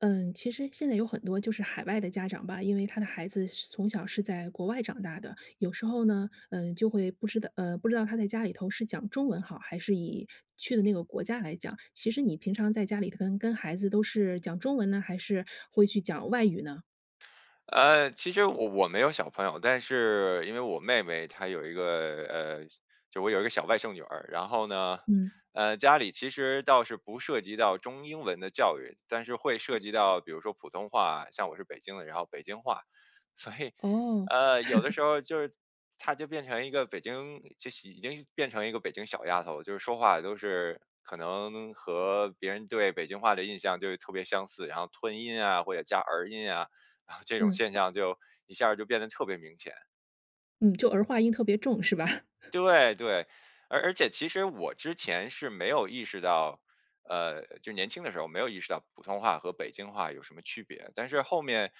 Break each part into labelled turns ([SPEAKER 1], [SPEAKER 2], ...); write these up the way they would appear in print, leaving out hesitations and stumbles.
[SPEAKER 1] 嗯，其实现在有很多就是海外的家长吧，因为他的孩子是从小是在国外长大的，有时候呢，就会不知道，不知道他在家里头是讲中文好，还是以去的那个国家来讲。其实你平常在家里头跟孩子都是讲中文呢，还是会去讲外语呢？
[SPEAKER 2] 其实我没有小朋友，但是因为我妹妹她有一个就我有一个小外甥女儿，然后呢，
[SPEAKER 1] 嗯。
[SPEAKER 2] 家里其实倒是不涉及到中英文的教育，但是会涉及到比如说普通话，像我是北京的，然后北京话，所以
[SPEAKER 1] 哦。
[SPEAKER 2] 有的时候就是她就变成一个北京，就是已经变成一个北京小丫头，就是说话都是。可能和别人对北京话的印象就特别相似，然后吞音啊，或者加儿音啊，这种
[SPEAKER 1] 嗯。
[SPEAKER 2] 现象就一下儿就变得特别明显。
[SPEAKER 1] 嗯，就儿化音特别重是吧？
[SPEAKER 2] 对对，而且其实我之前是没有意识到，就年轻的时候没有意识到普通话和北京话有什么区别，但是后面，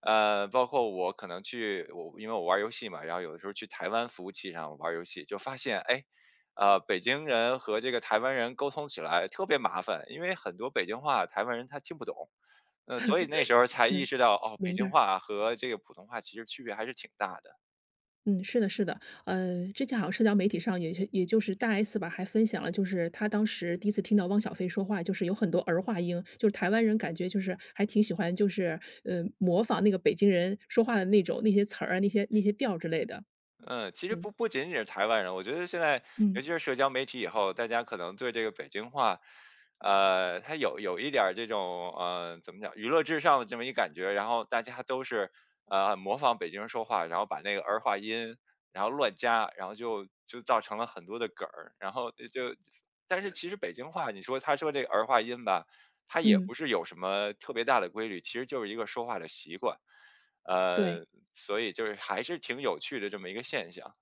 [SPEAKER 2] 包括我可能去我因为我玩儿游戏嘛，然后有的时候去台湾服务器上玩儿游戏，就发现哎，北京人和这个台湾人沟通起来特别麻烦，因为很多北京话台湾人他听不懂。所以那时候 才意
[SPEAKER 1] 嗯，
[SPEAKER 2] 识到，哦，北
[SPEAKER 1] 明白。
[SPEAKER 2] 京话和这个普通话其实区别还是挺大的。
[SPEAKER 1] 嗯，是的，是的，之前好像社交媒体上也就是大 S 吧，还分享了，就是她当时第一次听到汪小菲说话，就是有很多儿化音，就是台湾人感觉就是还挺喜欢，就是模仿那个北京人说话的那种那些词儿啊，那些调之类的。
[SPEAKER 2] 嗯，其实
[SPEAKER 1] 嗯。
[SPEAKER 2] 不仅仅是台湾人，我觉得现在尤
[SPEAKER 1] 嗯。
[SPEAKER 2] 其是社交媒体以后，大家可能对这个北京话，它有一点儿这种怎么讲，娱乐至上的这么一感觉，然后大家都是模仿北京人说话，然后把那个儿化音，然后乱加，然后就造成了很多的梗儿，然后但是其实北京话，你说他说这个儿化音吧，它也
[SPEAKER 1] 嗯，
[SPEAKER 2] 不是有什么特别大的规律，其实就是一个说话的习惯。呃，
[SPEAKER 1] 对。
[SPEAKER 2] 所以就是还是挺有趣的这么一个现象。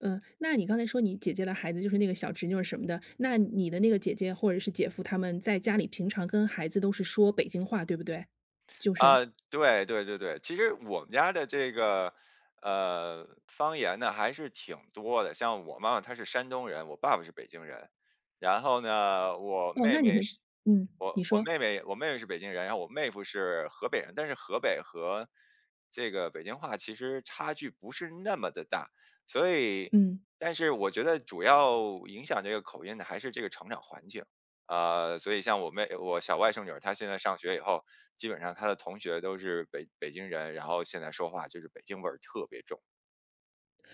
[SPEAKER 1] 嗯，那你刚才说你姐姐的孩子就是那个小侄女儿什么的，那你的那个姐姐或者是姐夫他们在家里平常跟孩子都是说北京话，对不对？就是
[SPEAKER 2] 啊，对对对对，其实我们家的这个方言呢还是挺多的，像我妈妈她是山东人，我爸爸是北京人，然后呢，我
[SPEAKER 1] 哦，
[SPEAKER 2] 妹
[SPEAKER 1] 那你
[SPEAKER 2] 妹
[SPEAKER 1] 们
[SPEAKER 2] 是，
[SPEAKER 1] 嗯，你
[SPEAKER 2] 我我
[SPEAKER 1] 说。
[SPEAKER 2] 妹妹我妹妹是北京人，然后我妹夫是河北人，但是河北和这个北京话其实差距不是那么的大，所以，
[SPEAKER 1] 嗯。
[SPEAKER 2] 但是我觉得主要影响这个口音的还是这个成长环境。所以像我妹，我小外甥女儿，她现在上学以后，基本上他的同学都是北京人，然后现在说话就是北京味儿特别重。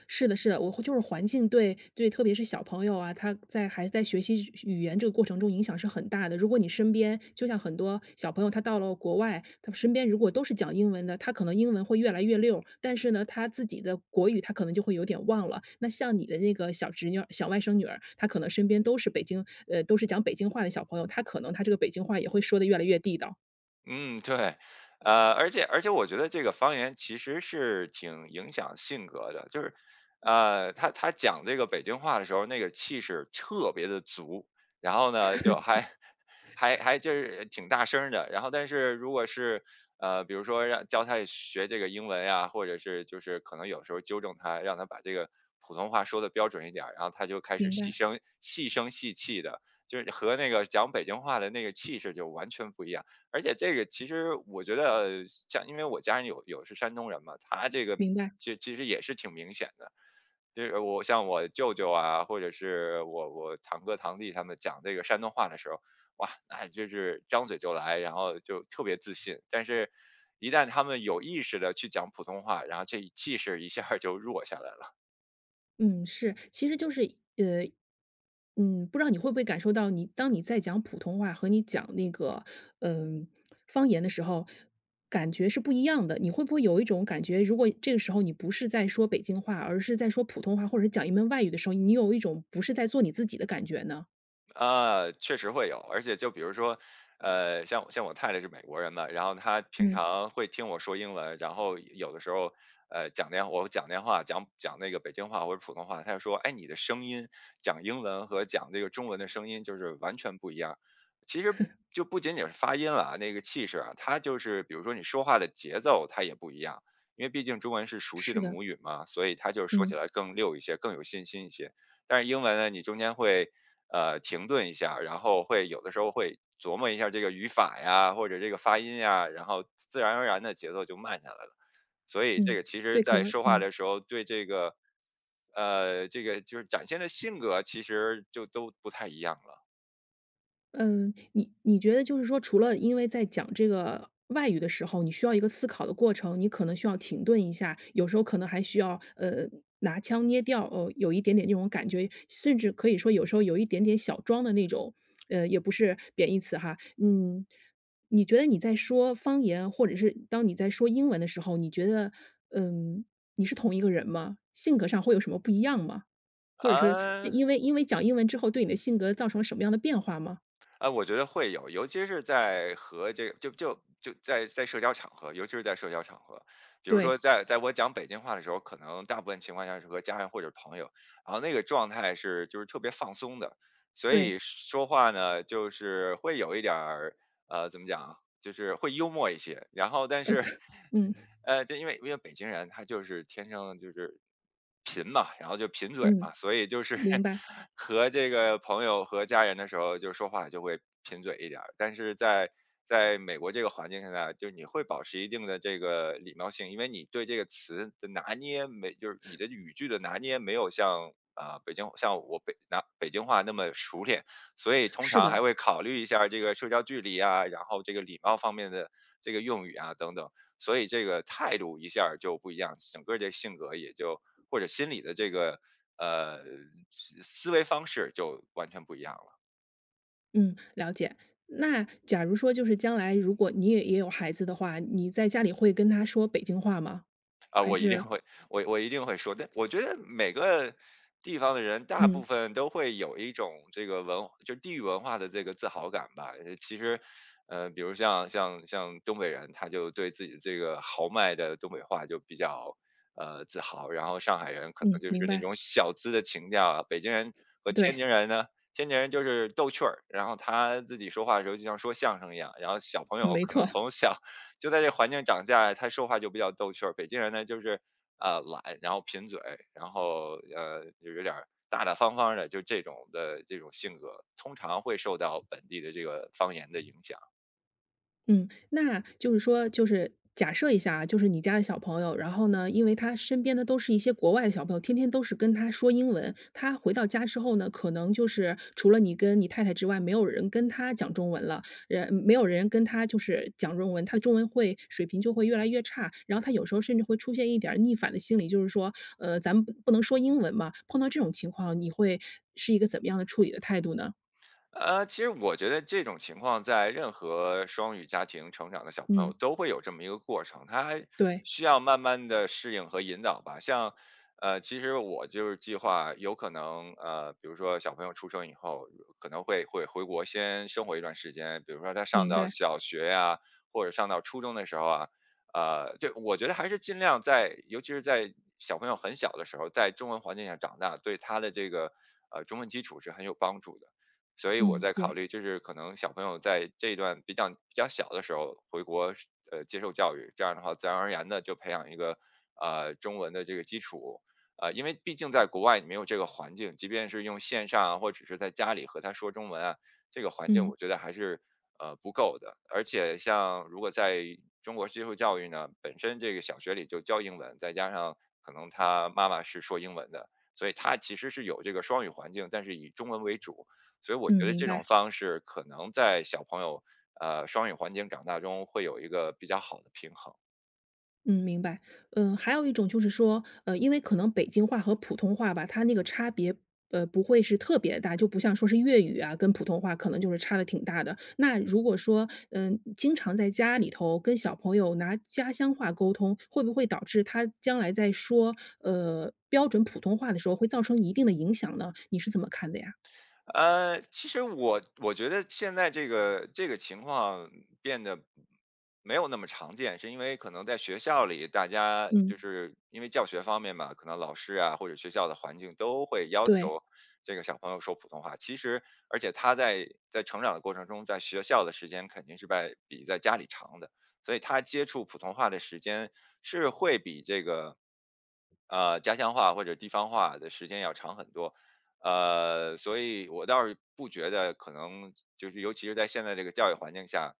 [SPEAKER 1] 是的，是的，我会就是环境对对，特别是小朋友啊，他在还在学习语言这个过程中影响是很大的。如果你身边就像很多小朋友，他到了国外，他身边如果都是讲英文的，他可能英文会越来越溜，但是呢，他自己的国语他可能就会有点忘了。那像你的那个小侄女儿、小外甥女儿，她可能身边都是都是讲北京话的小朋友，她可能她这个北京话也会说的越来越地道。
[SPEAKER 2] 嗯，对，而且我觉得这个方言其实是挺影响性格的，就是，他讲这个北京话的时候，那个气势特别的足，然后呢，就还 还就是挺大声儿的，然后但是如果是比如说让教他学这个英文呀，或者是就是可能有时候纠正他，让他把这个普通话说的标准一点儿，然后他就开始
[SPEAKER 1] 明
[SPEAKER 2] 细
[SPEAKER 1] 白，
[SPEAKER 2] 声细声细气的，就是和那个讲北京话的那个气势就完全不一样。而且这个其实我觉得像因为我家人有是山东人嘛，他这个
[SPEAKER 1] 明白。
[SPEAKER 2] 其实也是挺明显的。就是我像我舅舅啊，或者是我堂哥堂弟他们讲这个山东话的时候，哇，那就是张嘴就来，然后就特别自信。但是，一旦他们有意识的去讲普通话，然后这一气势一下儿就弱下来了。
[SPEAKER 1] 嗯，是，其实就是呃，不知道你会不会感受到你，当你在讲普通话和你讲那个嗯、方言的时候，感觉是不一样的。你会不会有一种感觉，如果这个时候你不是在说北京话，而是在说普通话，或者是讲一门外语的时候，你有一种不是在做你自己的感觉呢？
[SPEAKER 2] 啊，确实会有，而且就比如说，像我太太是美国人嘛，然后她平
[SPEAKER 1] 嗯，
[SPEAKER 2] 常会听我说英文，然后有的时候，我讲电话，讲那个北京话或者普通话，她就说，哎，你的声音讲英文和讲这个中文的声音就是完全不一样。其实就不仅仅是发音了啊，那个气势啊，它就是比如说你说话的节奏，它也不一样，因为毕竟中文是熟悉的
[SPEAKER 1] 是的。
[SPEAKER 2] 母语嘛，所以它就是说起
[SPEAKER 1] 嗯。
[SPEAKER 2] 来更溜一些，更有信心一些。但是英文呢，你中间会停顿一下，然后会有的时候会琢磨一下这个语法呀，或者这个发音呀，然后自然而然的节奏就慢下来了。所以这
[SPEAKER 1] 嗯，
[SPEAKER 2] 个其实
[SPEAKER 1] 对，可
[SPEAKER 2] 在
[SPEAKER 1] 能
[SPEAKER 2] 说话的时候，对这个，这个就是展现的性格，其实就都不太一样了。
[SPEAKER 1] 嗯，你觉得就是说，除了因为在讲这个外语的时候，你需要一个思考的过程，你可能需要停顿一下，有时候可能还需要拿腔捏调，哦，有一点点那种感觉，甚至可以说有时候有一点点小装的那种，也不是贬义词哈。嗯，你觉得你在说方言，或者是当你在说英文的时候，你觉得嗯你是同一个人吗？性格上会有什么不一样吗？或者是
[SPEAKER 2] 啊。
[SPEAKER 1] 因为讲英文之后对你的性格造成了什么样的变化吗？
[SPEAKER 2] 我觉得会有，尤其是在和这个就在社交场合，尤其是在社交场合，比如说
[SPEAKER 1] 对。
[SPEAKER 2] 在我讲北京话的时候，可能大部分情况下是和家人或者朋友，然后那个状态是就是特别放松的，所以
[SPEAKER 1] 对。
[SPEAKER 2] 说话呢，就是会有一点儿怎么讲啊就是会幽默一些，然后但是
[SPEAKER 1] 嗯。
[SPEAKER 2] 就因为北京人他就是天生就是贫嘛，然后就贫嘴嘛，
[SPEAKER 1] 嗯，
[SPEAKER 2] 所以就是
[SPEAKER 1] 明白。
[SPEAKER 2] 和这个朋友和家人的时候，就说话就会贫嘴一点儿。但是在美国这个环境下，就是你会保持一定的这个礼貌性，因为你对这个词的拿捏没，就是你的语句的拿捏没有像啊、北京像我北拿北京话那么熟练，所以通
[SPEAKER 1] 是
[SPEAKER 2] 常还
[SPEAKER 1] 的。
[SPEAKER 2] 会考虑一下这个社交距离啊，然后这个礼貌方面的这个用语啊等等。所以这个态度一下儿就不一样，整个这性格也就或者心理的这个呃思维方式就完全不一样了。
[SPEAKER 1] 嗯，了解。那假如说就是将来如果你也有孩子的话，你在家里会跟他说北京话吗？
[SPEAKER 2] 啊，
[SPEAKER 1] 还
[SPEAKER 2] 我一定
[SPEAKER 1] 是
[SPEAKER 2] 会，我一定会说。但我觉得每个地方的人，大部
[SPEAKER 1] 嗯。
[SPEAKER 2] 分都会有一种这个文，就地域文化的这个自豪感吧。其实，比如像东北人，他就对自己这个豪迈的东北话就比较自豪。然后上海人可能
[SPEAKER 1] 嗯，
[SPEAKER 2] 就是
[SPEAKER 1] 明
[SPEAKER 2] 那
[SPEAKER 1] 白，
[SPEAKER 2] 种小资的情调啊。北京人和天津
[SPEAKER 1] 对，
[SPEAKER 2] 人呢，天津人就是逗趣儿，然后他自己说话的时候就像说相声一样。然后小朋友
[SPEAKER 1] 没
[SPEAKER 2] 可能
[SPEAKER 1] 错。
[SPEAKER 2] 从小就在这环境长下，他说话就比较逗趣儿。北京人呢，就是懒，然后贫嘴，然后就有点儿大大方方的，就这种性格，通常会受到本地的这个方言的影响。
[SPEAKER 1] 嗯，那就是说，就是假设一下啊，就是你家的小朋友，然后呢，因为他身边的都是一些国外的小朋友，天天都是跟他说英文。他回到家之后呢，可能就是除了你跟你太太之外，没有人跟他讲中文了，没有人跟他就是讲中文，他的中文会水平就会越来越差。然后他有时候甚至会出现一点儿逆反的心理，就是说，咱们不能说英文嘛。碰到这种情况，你会是一个怎么样的处理的态度呢？
[SPEAKER 2] 其实我觉得这种情况在任何双语家庭成长的小朋友
[SPEAKER 1] 嗯，
[SPEAKER 2] 都会有这么一个过程，他
[SPEAKER 1] 对，
[SPEAKER 2] 需要慢慢的适应和引导吧。像，其实我就是计划有可能，比如说小朋友出生以后，可能会回国先生活一段时间，比如说他上
[SPEAKER 1] 明
[SPEAKER 2] 到
[SPEAKER 1] 白。
[SPEAKER 2] 小学呀、或者上到初中的时候啊，就我觉得还是尽量在，尤其是在小朋友很小的时候，在中文环境下长大，对他的这个中文基础是很有帮助的。所以我
[SPEAKER 1] 嗯，
[SPEAKER 2] 在考
[SPEAKER 1] 对。
[SPEAKER 2] 虑，就是可能小朋友在这一段比较小的时候回国是接受教育，这样的话自然而然的就培养一个，中文的这个基础。因为毕竟在国外你没有这个环境，即便是用线上啊，或者是在家里和他说中文啊，这个环境
[SPEAKER 1] 嗯。
[SPEAKER 2] 我觉得还是，不够的。而且像如果在中国接受教育呢，本身这个小学里就教英文，再加上可能他妈妈是说英文的，所以他其实是有这个双语环境，但是以中文为主。所以我觉
[SPEAKER 1] 嗯，
[SPEAKER 2] 得
[SPEAKER 1] 明
[SPEAKER 2] 这种
[SPEAKER 1] 白。
[SPEAKER 2] 方式可能在小朋友，双语环境长大中会有一个比较好的平衡。
[SPEAKER 1] 嗯，明白。还有一种就是说，因为可能北京话和普通话吧，它那个差别，不会是特别大，就不像说是粤语啊，跟普通话可能就是差的挺大的。那如果说，经常在家里头跟小朋友拿家乡话沟通，会不会导致他将来在说，标准普通话的时候会造成一定的影响呢？你是怎么看的呀？
[SPEAKER 2] 其实我觉得现在这个情况变得没有那么常见，是因为可能在学校里，大家
[SPEAKER 1] 嗯，
[SPEAKER 2] 就是因为教学方面嘛，可能老师啊或者学校的环境都会要
[SPEAKER 1] 对，
[SPEAKER 2] 求这个小朋友说普通话。其实，而且他在成长的过程中，在学校的时间肯定是在比在家里长的，所以他接触普通话的时间是会比这个。家乡话或者地方话的时间要长很多，所以我倒是不觉得可能就是尤其是在现在这个教育环境下，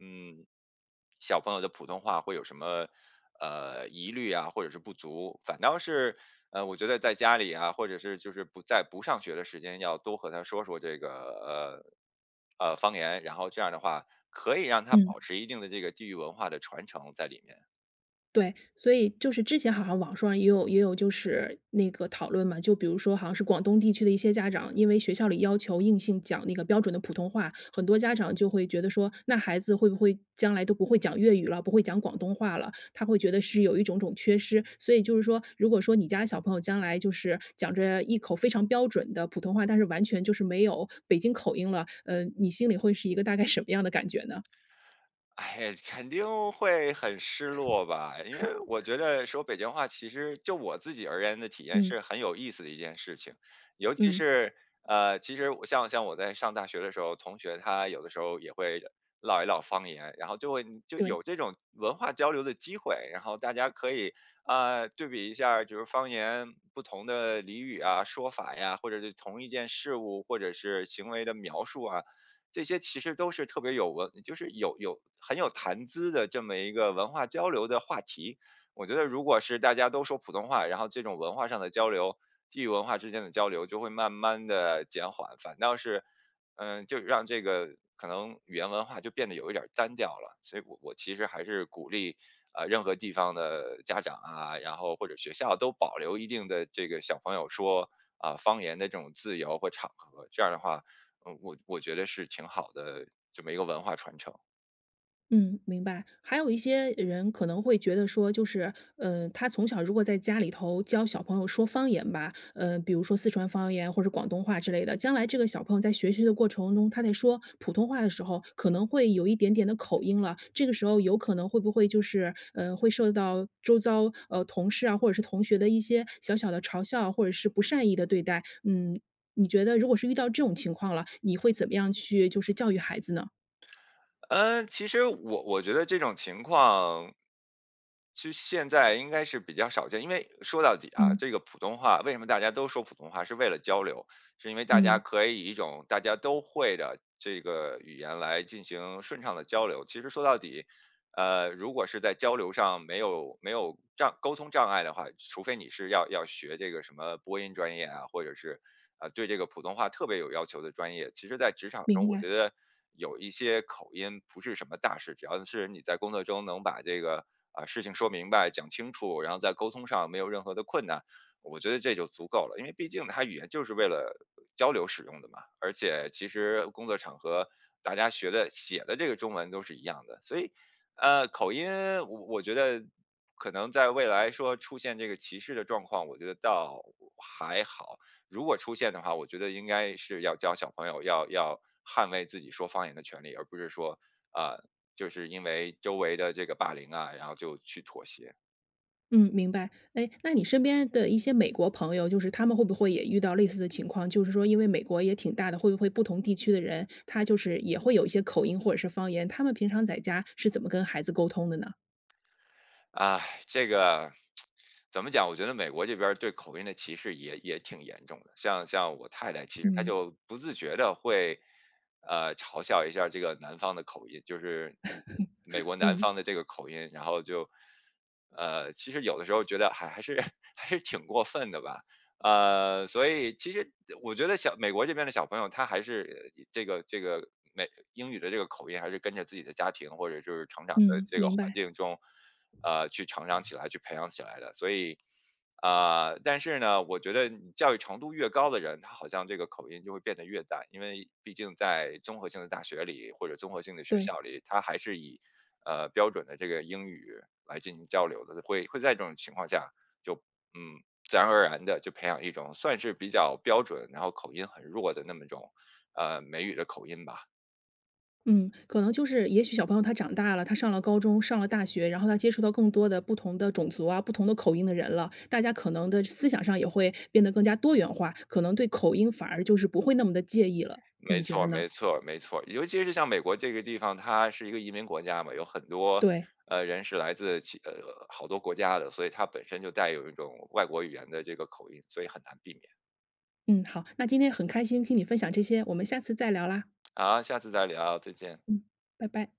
[SPEAKER 2] 嗯，小朋友的普通话会有什么疑虑啊，或者是不足，反倒是我觉得在家里啊，或者是就是不上学的时间，要多和他说说这个方言，然后这样的话可以让他
[SPEAKER 1] 嗯。
[SPEAKER 2] 保持一定的这个地域文化的传承在里面。
[SPEAKER 1] 对，所以就是之前好像网上也有就是那个讨论嘛，就比如说好像是广东地区的一些家长，因为学校里要求硬性讲那个标准的普通话，很多家长就会觉得说，那孩子会不会将来都不会讲粤语了，不会讲广东话了？他会觉得是有一种缺失。所以就是说，如果说你家小朋友将来就是讲着一口非常标准的普通话，但是完全就是没有北京口音了，你心里会是一个大概什么样的感觉呢？
[SPEAKER 2] 哎，肯定会很失落吧，因为我觉得说北京话，其实就我自己而言的体验
[SPEAKER 1] 嗯，
[SPEAKER 2] 是很有意思的一件事情，尤其
[SPEAKER 1] 嗯，
[SPEAKER 2] 是其实我像我在上大学的时候，同学他有的时候也会唠一唠方言，然后就会就
[SPEAKER 1] 对。
[SPEAKER 2] 有这种文化交流的机会，然后大家可以啊对比一下儿就是方言不同的俚语啊、说法呀，或者是同一件事物或者是行为的描述啊，这些其实都是特别就是有很有谈资的这么一个文化交流的话题。我觉得如果是大家都说普通话，然后这种文化上的交流，地域文化之间的交流就会慢慢的减缓，反倒是，嗯，就让这个可能语言文化就变得有一点儿单调了。所以我其实还是鼓励啊，任何地方的家长啊，然后或者学校都保留一定的这个小朋友说啊方言的这种自由或场合，这样的话，嗯，我觉得是挺好的这么一个文化传承。
[SPEAKER 1] 嗯，明白。还有一些人可能会觉得说，就是，他从小如果在家里头教小朋友说方言吧，比如说四川方言或者广东话之类的，将来这个小朋友在学习的过程中，他在说普通话的时候，可能会有一点点的口音了。这个时候有可能会不会就是，会受到周遭同事啊或者是同学的一些小小的嘲笑啊或者是不善意的对待？嗯，你觉得如果是遇到这种情况了，你会怎么样去就是教育孩子呢？
[SPEAKER 2] 嗯，其实我觉得这种情况，其实现在应该是比较少见，因为说到底啊，
[SPEAKER 1] 嗯。
[SPEAKER 2] 这个普通话为什么大家都说普通话，是为了交流，是因为大家
[SPEAKER 1] 嗯。
[SPEAKER 2] 可以以一种大家都会的这个语言来进行顺畅的交流。其实说到底，如果是在交流上没有沟通障碍的话，除非你是要学这个什么播音专业啊，或者是呃对这个普通话特别有要求的专业，其实，在职场中，
[SPEAKER 1] 明
[SPEAKER 2] 我
[SPEAKER 1] 白。
[SPEAKER 2] 觉得有一些口音不是什么大事，只要是你在工作中能把这个啊、事情说明白、讲清楚，然后在沟通上没有任何的困难，我觉得这就足够了，因为毕竟它语言就是为了交流使用的嘛，而且其实工作场合大家学的写的这个中文都是一样的，所以口音，我觉得可能在未来说出现这个歧视的状况，我觉得倒还好。如果出现的话，我觉得应该是要教小朋友要捍卫自己说方言的权利，而不是说啊、呃就是因为周围的这个霸凌啊，然后就去妥协。
[SPEAKER 1] 嗯，明白。哎，那你身边的一些美国朋友，就是他们会不会也遇到类似的情况？就是说，因为美国也挺大的，会不会不同地区的人，他就是也会有一些口音或者是方言？他们平常在家是怎么跟孩子沟通的呢？
[SPEAKER 2] 啊，这个怎么讲？我觉得美国这边儿对口音的歧视也挺严重的。像我太太，其实她
[SPEAKER 1] 嗯
[SPEAKER 2] 就不自觉的会，嘲笑一下这个南方的口音，就是嗯美国南
[SPEAKER 1] 嗯
[SPEAKER 2] 方的这个口音，然后就，其实有的时候觉得还是 还是挺过分的吧。所以其实我觉得小美国这边的小朋友，他还是这个美英语的这个口音，还是跟着自己的家庭或者就是成长的
[SPEAKER 1] 嗯，
[SPEAKER 2] 这个
[SPEAKER 1] 明
[SPEAKER 2] 环
[SPEAKER 1] 白。
[SPEAKER 2] 境中。去成长起来、去培养起来的。所以啊，但是呢，我觉得你教育程度越高的人，他好像这个口音就会变得越淡，因为毕竟在综合性的大学里或者综合性的学
[SPEAKER 1] 对。
[SPEAKER 2] 校里，他还是以标准的这个英语来进行交流的，会在这种情况下就嗯自然而然的就培养一种算是比较标准，然后口音很弱的的那么种美语的口音吧。
[SPEAKER 1] 嗯，可能就是也许小朋友他长大了，他上了高中，上了大学，然后他接触到更多的不同的种族啊、不同的口音的人了，大家可能的思想上也会变得更加多元化，可能对口音反而就是不会那么的介意了。
[SPEAKER 2] 没
[SPEAKER 1] 你觉
[SPEAKER 2] 错
[SPEAKER 1] 得
[SPEAKER 2] 儿
[SPEAKER 1] 呢？
[SPEAKER 2] 没错儿没错儿，尤其是像美国这个地方，它是一个移民国家嘛，有很多，
[SPEAKER 1] 对。
[SPEAKER 2] 人是来自其好多国家的，所以它本身就带有一种外国语言的这个口音，所以很难避免。
[SPEAKER 1] 嗯，好，那今天很开心听你分享这些，我们下次再聊啦。
[SPEAKER 2] 好，下次再聊，再见。
[SPEAKER 1] 嗯，拜拜。